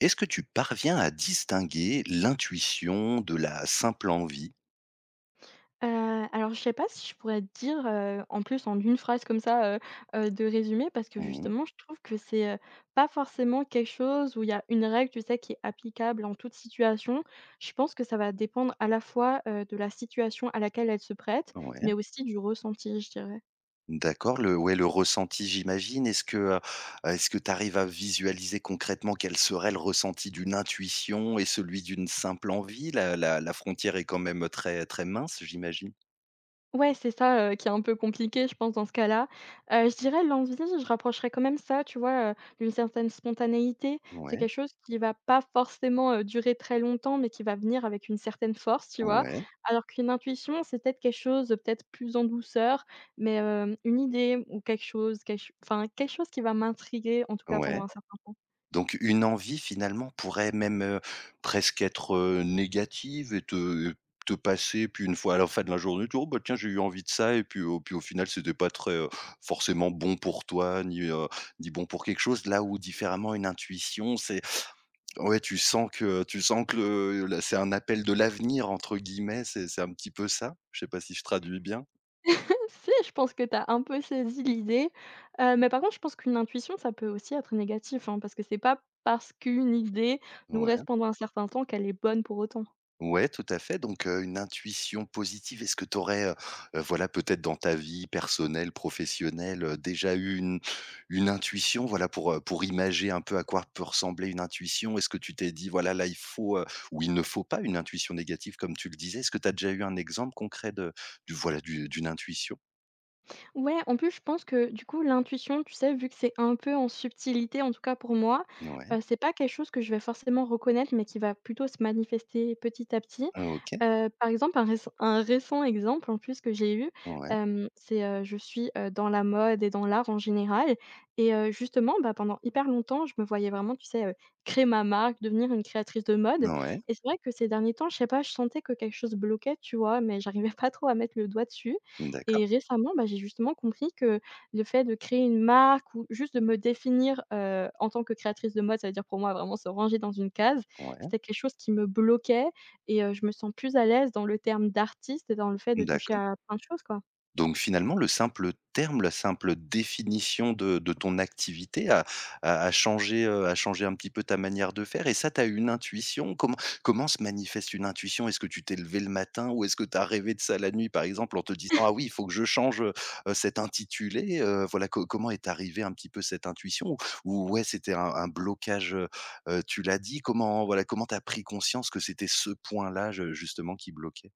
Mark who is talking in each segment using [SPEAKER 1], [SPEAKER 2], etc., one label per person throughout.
[SPEAKER 1] Est-ce que tu parviens à distinguer l'intuition de la simple envie?
[SPEAKER 2] Heu, alors je sais pas si je pourrais te dire, en plus en une phrase comme ça, de résumé parce que
[SPEAKER 1] Mmh.
[SPEAKER 2] justement je trouve que c'est, pas forcément quelque chose où il y a une règle, tu sais, qui est applicable en toute situation. Je pense que ça va dépendre à la fois, de la situation à laquelle elle se prête,
[SPEAKER 1] Ouais,
[SPEAKER 2] mais aussi du ressenti, je dirais.
[SPEAKER 1] d'accord, le ouais, le ressenti, j'imagine. Est-ce que tu arrives à visualiser concrètement quel serait le ressenti d'une intuition et celui d'une simple envie? La frontière est quand même très très mince, j'imagine?
[SPEAKER 2] Ouais, c'est ça, qui est un peu compliqué, je pense, dans ce cas-là. Je dirais l'envie, je rapprocherais quand même ça, tu vois, d'une certaine spontanéité. C'est
[SPEAKER 1] Ouais,
[SPEAKER 2] quelque chose qui va pas forcément, durer très longtemps, mais qui va venir avec une certaine force, tu vois?
[SPEAKER 1] ouais,
[SPEAKER 2] Alors qu'une intuition, c'est peut-être quelque chose, peut-être plus en douceur, mais, une idée ou quelque chose, quelque ch enfin quelque chose qui va m'intriguer, en tout cas pendant
[SPEAKER 1] ouais.
[SPEAKER 2] un certain temps.
[SPEAKER 1] Donc une envie finalement pourrait même, presque être, négative et te passer, puis une fois à la fin de la journée, tu dis: «Oh bah tiens, j'ai eu envie de ça» et puis au final, c'était pas très, forcément bon pour toi, ni, ni bon pour quelque chose. Là où différemment une intuition, c'est ouais, tu sens que le là, c'est un appel de «l'avenir» entre guillemets, c'est un petit peu ça? Je sais pas si je traduis bien?
[SPEAKER 2] Si, je pense que tu as un peu saisi l'idée, mais par contre, je pense qu'une intuition, ça peut aussi être négatif, hein, parce que c'est pas parce qu'une idée nous reste
[SPEAKER 1] Ouais.
[SPEAKER 2] pendant un certain temps qu'elle est bonne pour autant.
[SPEAKER 1] Ouais, tout à fait. Donc, une intuition positive, est-ce que tu aurais, voilà, peut-être dans ta vie personnelle, professionnelle, déjà eu une intuition, voilà, pour imager un peu à quoi peut ressembler une intuition? Est-ce que tu t'es dit: «Voilà, là, il faut, ou il ne faut pas une intuition négative», comme tu le disais? Est-ce que tu as déjà eu un exemple concret de du voilà, du d'une intuition?
[SPEAKER 2] Ouais, en plus, je pense que, du coup, l'intuition, tu sais, vu que c'est un peu en subtilité, en tout cas pour moi,
[SPEAKER 1] Ouais,
[SPEAKER 2] c'est pas quelque chose que je vais forcément reconnaître, mais qui va plutôt se manifester petit à petit.
[SPEAKER 1] OK,
[SPEAKER 2] Par exemple, un récent exemple, en plus, que j'ai eu,
[SPEAKER 1] ouais,
[SPEAKER 2] c'est, je suis, dans la mode et dans l'art en général et justement, bah, pendant hyper longtemps, je me voyais vraiment, tu sais, créer ma marque, devenir une créatrice de mode
[SPEAKER 1] ouais,
[SPEAKER 2] et c'est vrai que ces derniers temps, je sais pas, je sentais que quelque chose bloquait, tu vois? Mais j'arrivais pas trop à mettre le doigt dessus
[SPEAKER 1] d'accord,
[SPEAKER 2] et récemment, bah, j'ai justement compris que le fait de créer une marque ou juste de me définir, en tant que créatrice de mode, ça veut dire pour moi vraiment se ranger dans une case,
[SPEAKER 1] ouais,
[SPEAKER 2] c'était quelque chose qui me bloquait et je me sens plus à l'aise dans le terme d'artiste et dans le fait de toucher
[SPEAKER 1] d'accord.
[SPEAKER 2] à plein de choses, quoi.
[SPEAKER 1] Donc finalement, le simple terme, la simple définition de ton activité a changé, un petit peu ta manière de faire et ça, tu as une intuition? Comment se manifeste une intuition? Est-ce que tu t'es levé le matin ou est-ce que tu as rêvé de ça la nuit, par exemple, en te disant: «Ah oui, il faut que je change, cet intitulé», voilà, co comment est arrivée un petit peu cette intuition? Ou ouais, c'était un blocage, tu l'as dit, comment voilà, comment tu as pris conscience que c'était ce point-là, je justement, qui bloquait?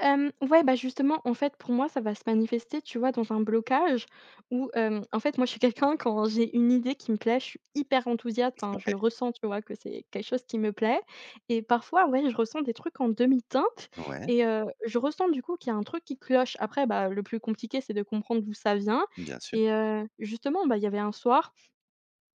[SPEAKER 2] Ouais, bah, justement, en fait, pour moi, ça va se manifester, tu vois, dans un blocage où, en fait, moi, je suis quelqu'un quand j'ai une idée qui me plaît, je suis hyper enthousiaste, enfin, je
[SPEAKER 1] Ouais.
[SPEAKER 2] le ressens, tu vois, que c'est quelque chose qui me plaît et parfois, ouais, je ressens des trucs en demi-teinte
[SPEAKER 1] Ouais,
[SPEAKER 2] et je ressens, du coup, qu'il y a un truc qui cloche. Après, bah, le plus compliqué, c'est de comprendre d'où ça vient
[SPEAKER 1] bien sûr.
[SPEAKER 2] et justement, bah, il y avait un soir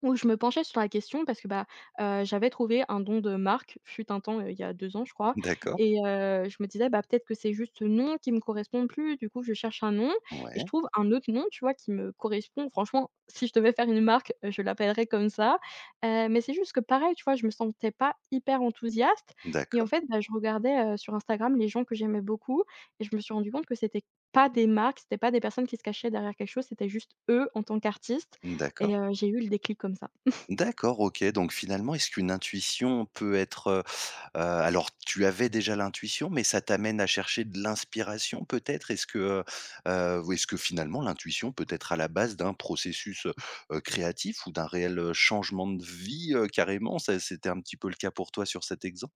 [SPEAKER 2] où je me penchais sur la question parce que, bah, j'avais trouvé un don de marque, fut un temps, il y a 2 ans, je crois
[SPEAKER 1] D'accord.
[SPEAKER 2] et je me disais: «Bah, peut-être que c'est juste ce nom qui me correspond plus». Du coup, je cherche un nom et je
[SPEAKER 1] Ouais.
[SPEAKER 2] trouve un autre nom, tu vois, qui me correspond. Franchement, si je devais faire une marque, je l'appellerais comme ça, mais c'est juste que pareil, tu vois, je me sentais pas hyper enthousiaste et en
[SPEAKER 1] D'accord,
[SPEAKER 2] fait, bah, je regardais, sur Instagram les gens que j'aimais beaucoup et je me suis rendu compte que c'était pas des marques, c'était pas des personnes qui se cachaient derrière quelque chose, c'était juste eux en tant qu'artistes
[SPEAKER 1] d'accord,
[SPEAKER 2] et j'ai eu le déclic comme ça.
[SPEAKER 1] d'accord, OK. Donc finalement, est-ce qu'une intuition peut être, alors tu avais déjà l'intuition, mais ça t'amène à chercher de l'inspiration peut-être? Est-ce que, ou est-ce que finalement l'intuition peut être à la base d'un processus, créatif ou d'un réel, changement de vie, carrément? Ça c'était un petit peu le cas pour toi sur cet exemple?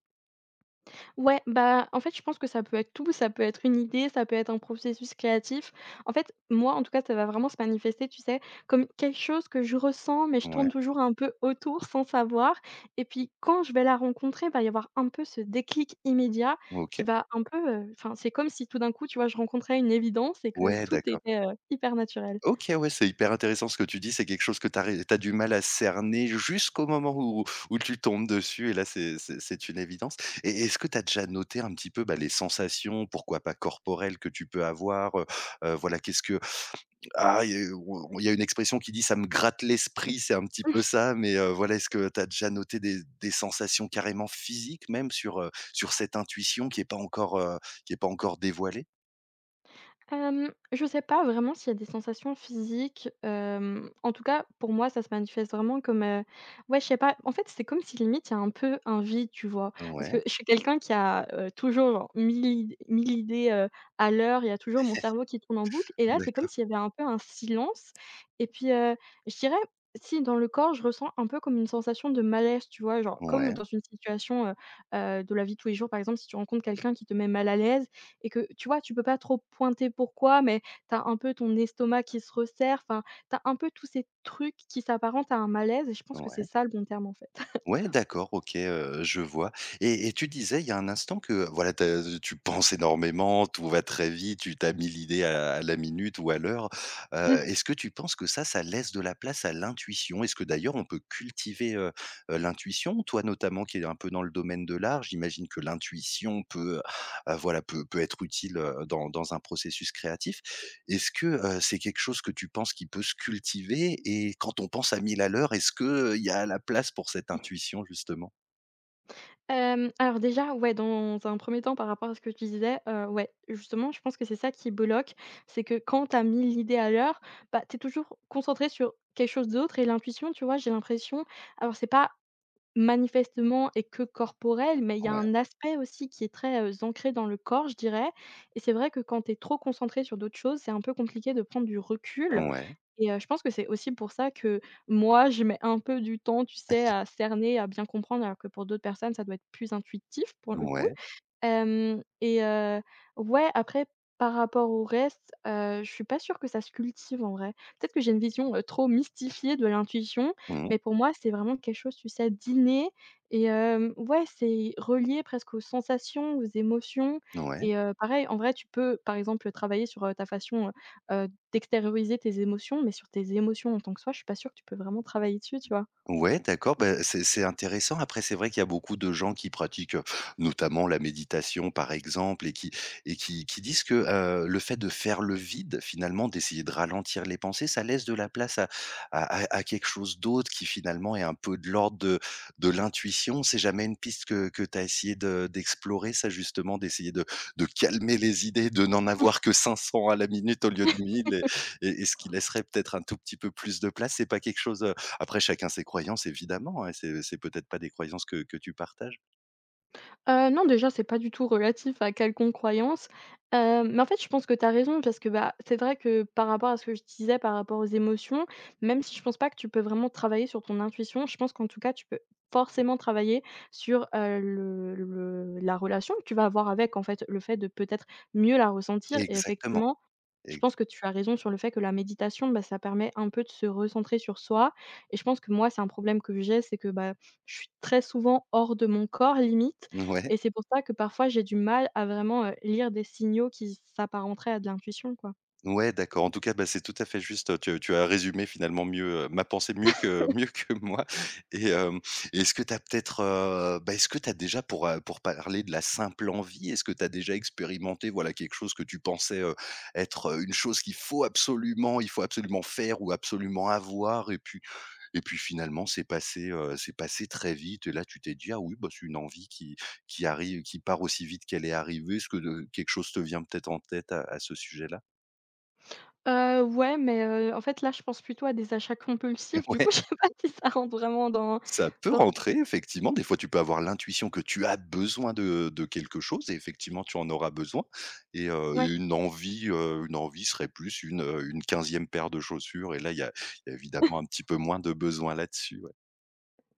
[SPEAKER 2] Ouais, bah, en fait, je pense que ça peut être tout, ça peut être une idée, ça peut être un processus créatif. En fait, moi, en tout cas, ça va vraiment se manifester, tu sais, comme quelque chose que je ressens, mais je
[SPEAKER 1] Ouais,
[SPEAKER 2] tourne toujours un peu autour sans savoir. Et puis, quand je vais la rencontrer, va y avoir un peu ce déclic immédiat qui
[SPEAKER 1] OK.
[SPEAKER 2] va un peu, enfin, c'est comme si tout d'un coup, tu vois, je rencontrais une évidence et que
[SPEAKER 1] Ouais,
[SPEAKER 2] tout
[SPEAKER 1] d'accord.
[SPEAKER 2] était, hyper naturel.
[SPEAKER 1] OK, ouais, c'est hyper intéressant ce que tu dis. C'est quelque chose que tu as du mal à cerner jusqu'au moment où tu tombes dessus et là, c'est une évidence et est-ce que tu as déjà noté un petit peu, bah, les sensations, pourquoi pas corporelles, que tu peux avoir? Voilà, qu'est-ce que ah, il y a une expression qui dit: «Ça me gratte l'esprit», c'est un petit peu ça, mais voilà, est-ce que tu as déjà noté des sensations carrément physiques même sur, sur cette intuition qui est pas encore, qui est pas encore dévoilée?
[SPEAKER 2] Je sais pas vraiment s'il y a des sensations physiques, en tout cas pour moi ça se manifeste vraiment comme, ouais je sais pas, en fait c'est comme si limite il y a un peu un vide, tu vois? Parce
[SPEAKER 1] Ouais,
[SPEAKER 2] que je suis quelqu'un qui a, toujours genre 1000 id 1000 idées, à l'heure, il y a toujours mon cerveau qui tourne en boucle et là c'est comme
[SPEAKER 1] d'accord.
[SPEAKER 2] s'il y avait un peu un silence et puis, je dirais si dans le corps je ressens un peu comme une sensation de malaise, tu vois? Genre comme
[SPEAKER 1] Ouais,
[SPEAKER 2] dans une situation, de la vie de tous les jours par exemple si tu rencontres quelqu'un qui te met mal à l'aise, et que, tu vois, tu peux pas trop pointer pourquoi, mais tu as un peu ton estomac qui se resserre, enfin, tu as un peu tous ces trucs qui s'apparentent à un malaise et je pense que c'est
[SPEAKER 1] ouais.
[SPEAKER 2] ça le bon terme, en fait.
[SPEAKER 1] Ouais, d'accord, OK, je vois et tu disais il y a un instant que, voilà, tu penses énormément, tout va très vite, tu as 1000 à la minute ou à l'heure. Heu,
[SPEAKER 2] Mmh.
[SPEAKER 1] est-ce que tu penses que ça laisse de la place à l'intuition? Est-ce que d'ailleurs on peut cultiver, l'intuition? Toi notamment qui est un peu dans le domaine de l'art, j'imagine que l'intuition peut, voilà, peut être utile, dans un processus créatif. Est-ce que, c'est quelque chose que tu penses qui peut se cultiver et quand on pense à 1000 à l'heure, est-ce que il y a la place pour cette intuition justement?
[SPEAKER 2] Alors déjà, ouais, dans un premier temps par rapport à ce que tu disais, ouais, justement, je pense que c'est ça qui bloque, c'est que quand t'as mis l'idée à l'heure, bah, t'es toujours concentré sur quelque chose d'autre et l'intuition, tu vois, j'ai l'impression alors c'est pas Manifestement et que corporel, mais il y a
[SPEAKER 1] Ouais,
[SPEAKER 2] un aspect aussi qui est très, ancré dans le corps, je dirais et c'est vrai que quand tu es trop concentré sur d'autres choses, c'est un peu compliqué de prendre du recul
[SPEAKER 1] ouais,
[SPEAKER 2] et je pense que c'est aussi pour ça que moi, je mets un peu du temps, tu sais, à cerner, à bien comprendre, alors que pour d'autres personnes, ça doit être plus intuitif pour le coup.
[SPEAKER 1] ouais,
[SPEAKER 2] Hem et ouais, après par rapport au reste, je suis pas sûre que ça se cultive en vrai. Peut-être que j'ai une vision, trop mystifiée de l'intuition,
[SPEAKER 1] mmh,
[SPEAKER 2] mais pour moi, c'est vraiment quelque chose, tu sais, d'inné et ouais, c'est relié presque aux sensations, aux émotions
[SPEAKER 1] ouais.
[SPEAKER 2] et pareil, en vrai, tu peux, par exemple, travailler sur, ta façon, d'extérioriser tes émotions, mais sur tes émotions en tant que soi, je suis pas sûre que tu peux vraiment travailler dessus, tu vois?
[SPEAKER 1] Ouais, d'accord, bah, c'est intéressant. Après, c'est vrai qu'il y a beaucoup de gens qui pratiquent, notamment la méditation, par exemple, et qui disent que, le fait de faire le vide, finalement, d'essayer de ralentir les pensées, ça laisse de la place à quelque chose d'autre qui, finalement, est un peu de l'ordre de l'intuition. C'est jamais une piste que tu as essayé de d'explorer, ça, justement, d'essayer de calmer les idées, de n'en avoir que 500 à la minute au lieu de 1000, et ce qui laisserait peut-être un tout petit peu plus de place? C'est pas quelque chose, après chacun ses croyances évidemment, hein, c'est peut-être pas des croyances que tu partages.
[SPEAKER 2] Non, déjà, c'est pas du tout relatif à quelconque croyance, mais en fait, je pense que tu as raison parce que, bah, c'est vrai que par rapport à ce que je disais, par rapport aux émotions, même si je pense pas que tu peux vraiment travailler sur ton intuition, je pense qu'en tout cas, tu peux forcément travailler sur, le la relation que tu vas avoir avec, en fait, le fait de peut-être mieux la ressentir et
[SPEAKER 1] Exactement,
[SPEAKER 2] effectivement, je
[SPEAKER 1] ex
[SPEAKER 2] pense que tu as raison sur le fait que la méditation, bah, ça permet un peu de se recentrer sur soi et je pense que moi, c'est un problème que j'ai, c'est que, bah, je suis très souvent hors de mon corps limite
[SPEAKER 1] ouais,
[SPEAKER 2] et c'est pour ça que parfois j'ai du mal à vraiment, lire des signaux qui s'apparenteraient à de l'intuition, quoi.
[SPEAKER 1] ouais d'accord. En tout cas, bah, c'est tout à fait juste, tu as résumé finalement mieux, ma pensée mieux que mieux que moi et est-ce que tu as peut-être, est-ce que tu as déjà pour parler de la simple envie, est-ce que tu as déjà expérimenté, voilà, quelque chose que tu pensais, être, une chose qu'il faut absolument il faut absolument faire ou absolument avoir et puis et puis finalement, c'est passé très vite et là, tu t'es dit: «Ah oui, bah, c'est une envie qui arrive qui part aussi vite qu'elle est arrivée». Est-ce que de quelque chose te vient peut-être en tête à ce sujet-là?
[SPEAKER 2] Ouais, mais, en fait là je pense plutôt à des achats compulsifs, du
[SPEAKER 1] Ouais,
[SPEAKER 2] coup je sais pas si ça rentre vraiment dans
[SPEAKER 1] ça peut
[SPEAKER 2] dans
[SPEAKER 1] rentrer effectivement. Des fois, tu peux avoir l'intuition que tu as besoin de quelque chose et effectivement, tu en auras besoin et
[SPEAKER 2] ouais.
[SPEAKER 1] une envie, serait plus une quinzième paire de chaussures et là, il y a évidemment un petit peu moins de besoin là-dessus, ouais.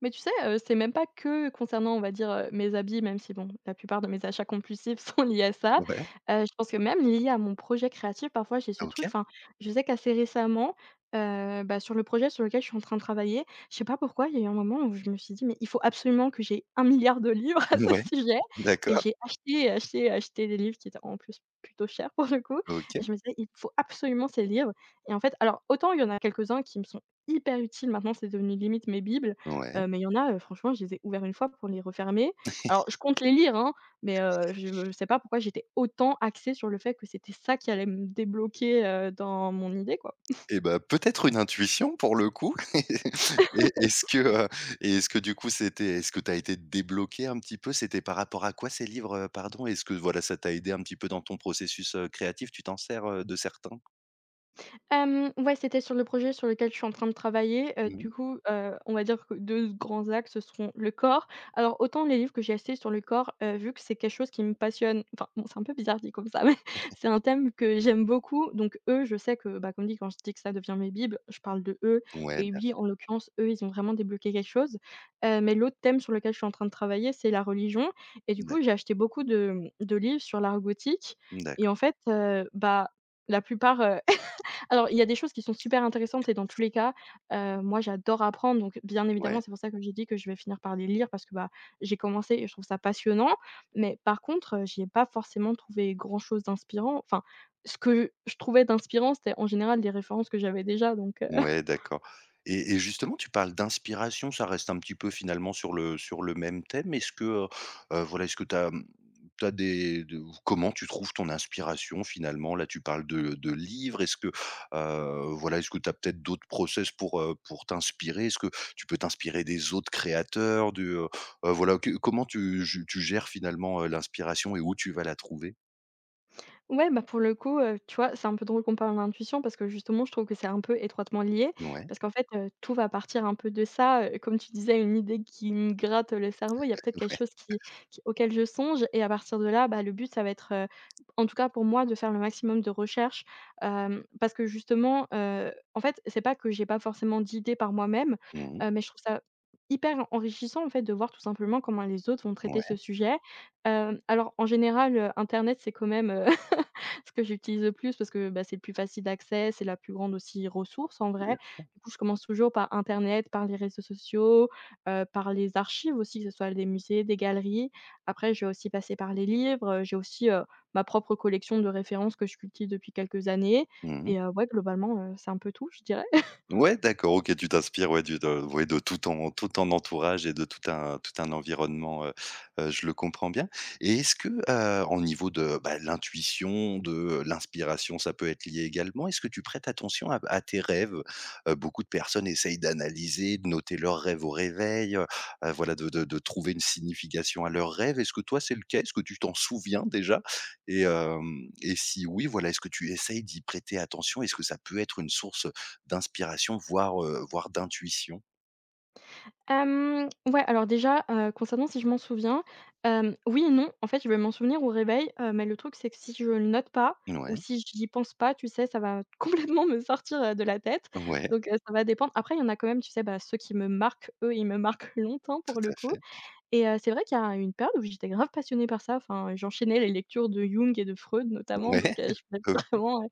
[SPEAKER 2] Mais tu sais, c'est même pas que concernant, on va dire, mes habits, même si bon, la plupart de mes achats compulsifs sont liés à ça.
[SPEAKER 1] Ouais,
[SPEAKER 2] Je pense que même lié à mon projet créatif, parfois j'ai ce truc,
[SPEAKER 1] OK.
[SPEAKER 2] enfin, je sais qu'assez récemment, bah, sur le projet sur lequel je suis en train de travailler, je sais pas pourquoi, il y a eu un moment où je me suis dit: «Mais il faut absolument que j'ai 1 milliard de livres à ce
[SPEAKER 1] Ouais,
[SPEAKER 2] sujet» et
[SPEAKER 1] d'accord,
[SPEAKER 2] j'ai acheté, acheté, acheté des livres qui étaient en plus plutôt chers pour le coup et
[SPEAKER 1] OK,
[SPEAKER 2] je me disais: «Il faut absolument ces livres» et en fait alors autant il y en a quelques-uns qui me sont hyper utiles maintenant, c'est devenu limite mes bibles.
[SPEAKER 1] ouais.
[SPEAKER 2] Mais il y en a, franchement, je les ai ouverts une fois pour les refermer. Alors je compte les lire, hein, mais je ne sais pas pourquoi j'étais autant axée sur le fait que c'était ça qui allait me débloquer, dans mon idée, quoi.
[SPEAKER 1] Et bah, peut-être une intuition pour le coup. Et est-ce que, heu, et est-ce que du coup c'était est-ce que tu as été débloqué un petit peu? C'était par rapport à quoi ces livres, pardon? Est-ce que voilà, ça t'a aidé un petit peu dans ton processus, créatif? Tu t'en sers, de certains?
[SPEAKER 2] Ouais, c'était sur le projet sur lequel je suis en train de travailler,
[SPEAKER 1] Mmh.
[SPEAKER 2] du coup, on va dire que 2 grands axes, seront le corps. Alors autant les livres que j'ai achetés sur le corps, vu que c'est quelque chose qui me passionne enfin, bon, c'est un peu bizarre dit comme ça, mais c'est un thème que j'aime beaucoup, donc eux, je sais que, bah, comme dit, quand je dis que ça devient mes bibles, je parle de eux
[SPEAKER 1] Ouais,
[SPEAKER 2] et
[SPEAKER 1] bien
[SPEAKER 2] lui,
[SPEAKER 1] sûr.
[SPEAKER 2] en l'occurrence, eux, ils ont vraiment débloqué quelque chose, mais l'autre thème sur lequel je suis en train de travailler, c'est la religion. Et du coup,
[SPEAKER 1] D'accord.
[SPEAKER 2] j'ai acheté beaucoup de, mmh, de livres sur l'art gothique. Et
[SPEAKER 1] D'accord,
[SPEAKER 2] en fait, bah, la plupart, alors, il y a des choses qui sont super intéressantes et dans tous les cas, moi j'adore apprendre, donc bien
[SPEAKER 1] ouais.
[SPEAKER 2] évidemment, c'est pour ça que j'ai dit que je vais finir par les lire parce que, bah, j'ai commencé et je trouve ça passionnant. Mais par contre, j'y ai pas forcément trouvé grand chose d'inspirant. Enfin, ce que je trouvais d'inspirant, c'était en général des références que j'avais déjà, donc
[SPEAKER 1] Ouais, d'accord et justement, tu parles d'inspiration, ça reste un petit peu finalement sur le même thème. Est-ce que, voilà, est-ce que tu as, mmh, des de comment tu trouves ton inspiration finalement? Là, tu parles de livres. Est-ce que, voilà, est-ce que tu as peut-être d'autres process pour t'inspirer? Est-ce que tu peux t'inspirer des autres créateurs, du, voilà, que comment tu je tu gères finalement, l'inspiration et où tu vas la trouver?
[SPEAKER 2] ouais. Bah, pour le coup, tu vois, c'est un peu drôle qu'on parle d'intuition parce que justement, je trouve que c'est un peu étroitement lié.
[SPEAKER 1] Ouais.
[SPEAKER 2] Parce qu'en fait, tout va partir un peu de ça, comme tu disais, une idée qui me gratte le cerveau, il y a peut-être quelque chose qui auquel je songe, et à partir de là, bah, le but ça va être, en tout cas pour moi, de faire le maximum de recherches, parce que justement, en fait, c'est pas que j'ai pas forcément d'idées par moi-même,
[SPEAKER 1] Mmh.
[SPEAKER 2] mais je trouve ça hyper enrichissant, en fait, de voir tout simplement comment les autres vont traiter ce
[SPEAKER 1] Ouais,
[SPEAKER 2] sujet. Alors en général, internet c'est quand même, ce que j'utilise le plus parce que, bah, c'est le plus facile d'accès, c'est la plus grande aussi ressource en
[SPEAKER 1] bien
[SPEAKER 2] vrai.
[SPEAKER 1] sûr.
[SPEAKER 2] Du coup, je commence toujours par internet, par les réseaux sociaux, par les archives aussi, que ce soit des musées, des galeries. Après, je vais aussi passer par les livres, j'ai aussi, ma propre collection de références que je cultive depuis quelques années.
[SPEAKER 1] Mmh.
[SPEAKER 2] Et ouais, globalement, c'est un peu tout, je dirais.
[SPEAKER 1] Ouais, d'accord, OK, tu t'inspires, ouais, du de ouais, de tout ton entourage et de tout un environnement, je le comprends bien et est-ce que, au niveau de, bah, l'intuition, de l'inspiration, ça peut être lié également? Est-ce que tu prêtes attention à tes rêves? Beaucoup de personnes essayent d'analyser, de noter leurs rêves au réveil, voilà, de trouver une signification à leurs rêves. Est-ce que toi, c'est le cas? Est-ce que tu t'en souviens déjà? Et hem et si oui, voilà, est-ce que tu essayes d'y prêter attention? Est-ce que ça peut être une source d'inspiration, voire, voire d'intuition.
[SPEAKER 2] Ouais, alors déjà, concernant si je m'en souviens, oui et non. En fait, je vais m'en souvenir au réveil, mais le truc, c'est que si je le note pas ou
[SPEAKER 1] Ouais,
[SPEAKER 2] si j'y pense pas, tu sais, ça va complètement me sortir, de la tête.
[SPEAKER 1] ouais,
[SPEAKER 2] Donc, ça va dépendre. Après, il y en a quand même, tu sais, bah, ceux qui me marquent, eux, ils me marquent longtemps
[SPEAKER 1] tout
[SPEAKER 2] pour
[SPEAKER 1] à
[SPEAKER 2] le coup,
[SPEAKER 1] fait.
[SPEAKER 2] et c'est vrai qu'il y a une période où j'étais grave passionnée par ça. Enfin, j'enchaînais les lectures de Jung et de Freud notamment, donc,
[SPEAKER 1] Ouais,
[SPEAKER 2] je pouvais
[SPEAKER 1] OK,
[SPEAKER 2] vraiment, heu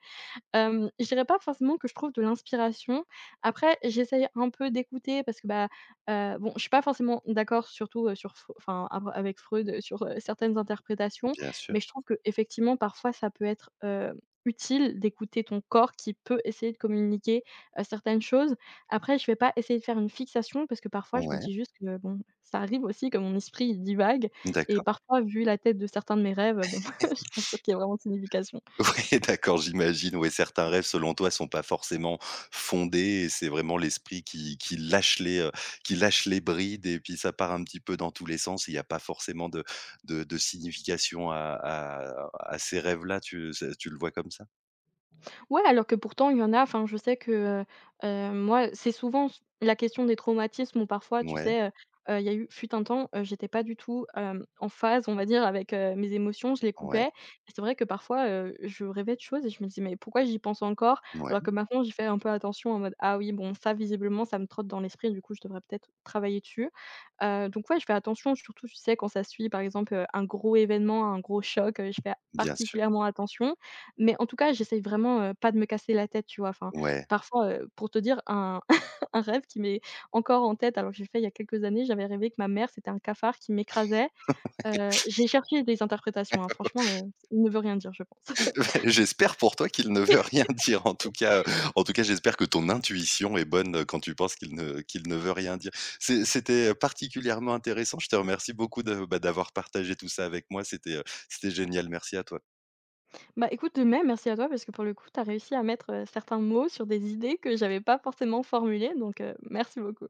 [SPEAKER 2] Hem, je dirais pas forcément que je trouve de l'inspiration. Après, j'essaye un peu d'écouter parce que, bah, bon, je suis pas forcément d'accord surtout, sur Freu enfin, av avec Freud, sur, certaines interprétations,
[SPEAKER 1] bien sûr.
[SPEAKER 2] mais je trouve que effectivement parfois, ça peut être, utile d'écouter ton corps qui peut essayer de communiquer, certaines choses. Après, je vais pas essayer de faire une fixation parce que parfois, je me
[SPEAKER 1] Ouais,
[SPEAKER 2] dis juste que, bon, ça arrive aussi que mon esprit, il divague, et
[SPEAKER 1] d'accord.
[SPEAKER 2] parfois, vu la tête de certains de mes rêves, bon, je suis pas sûre qu'il y ait vraiment de signification.
[SPEAKER 1] Ouais, d'accord, j'imagine, ouais, certains rêves, selon toi, sont pas forcément fondés et c'est vraiment l'esprit qui lâche les brides et puis ça part un petit peu dans tous les sens. Il y a pas forcément de signification à ces rêves-là, tu le vois comme ça?
[SPEAKER 2] Ouais, alors que pourtant il y en a, enfin je sais que, moi c'est souvent s la question des traumatismes, ou parfois tu
[SPEAKER 1] Ouais,
[SPEAKER 2] sais, il y a eu fut un temps, j'étais pas du tout, en phase on va dire avec, mes émotions, je les
[SPEAKER 1] ouais,
[SPEAKER 2] coupais, et c'est vrai que parfois, je rêvais de choses et je me disais: «Mais pourquoi j'y pense encore ?»
[SPEAKER 1] ouais,
[SPEAKER 2] alors que maintenant j'y fais un peu attention en mode: «Ah oui, bon, ça visiblement ça me trotte dans l'esprit, du coup je devrais peut-être travailler dessus». Donc ouais, je fais attention surtout tu sais quand ça suit par exemple, un gros événement, un gros choc, je fais
[SPEAKER 1] bien sûr.
[SPEAKER 2] particulièrement attention, mais en tout cas, j'essaye vraiment, pas de me casser la tête, tu vois? Enfin,
[SPEAKER 1] Ouais.
[SPEAKER 2] parfois, pour te dire un un rêve qui m'est encore en tête, alors que j'ai fait il y a quelques années, j'avais rêvé que ma mère, c'était un cafard qui m'écrasait. J'ai cherché des interprétations, hein, franchement, il ne veut rien dire, je pense.
[SPEAKER 1] J'espère pour toi qu'il ne veut rien dire. En tout cas, j'espère que ton intuition est bonne, quand tu penses qu'il ne veut rien dire. C'était, particulièrement intéressant. Je te remercie beaucoup de, bah, d'avoir partagé tout ça avec moi. C'était, c'était génial. Merci à toi.
[SPEAKER 2] Bah, écoute, de même, merci à toi parce que pour le coup, tu as réussi à mettre, certains mots sur des idées que j'avais pas forcément formulées, donc merci beaucoup.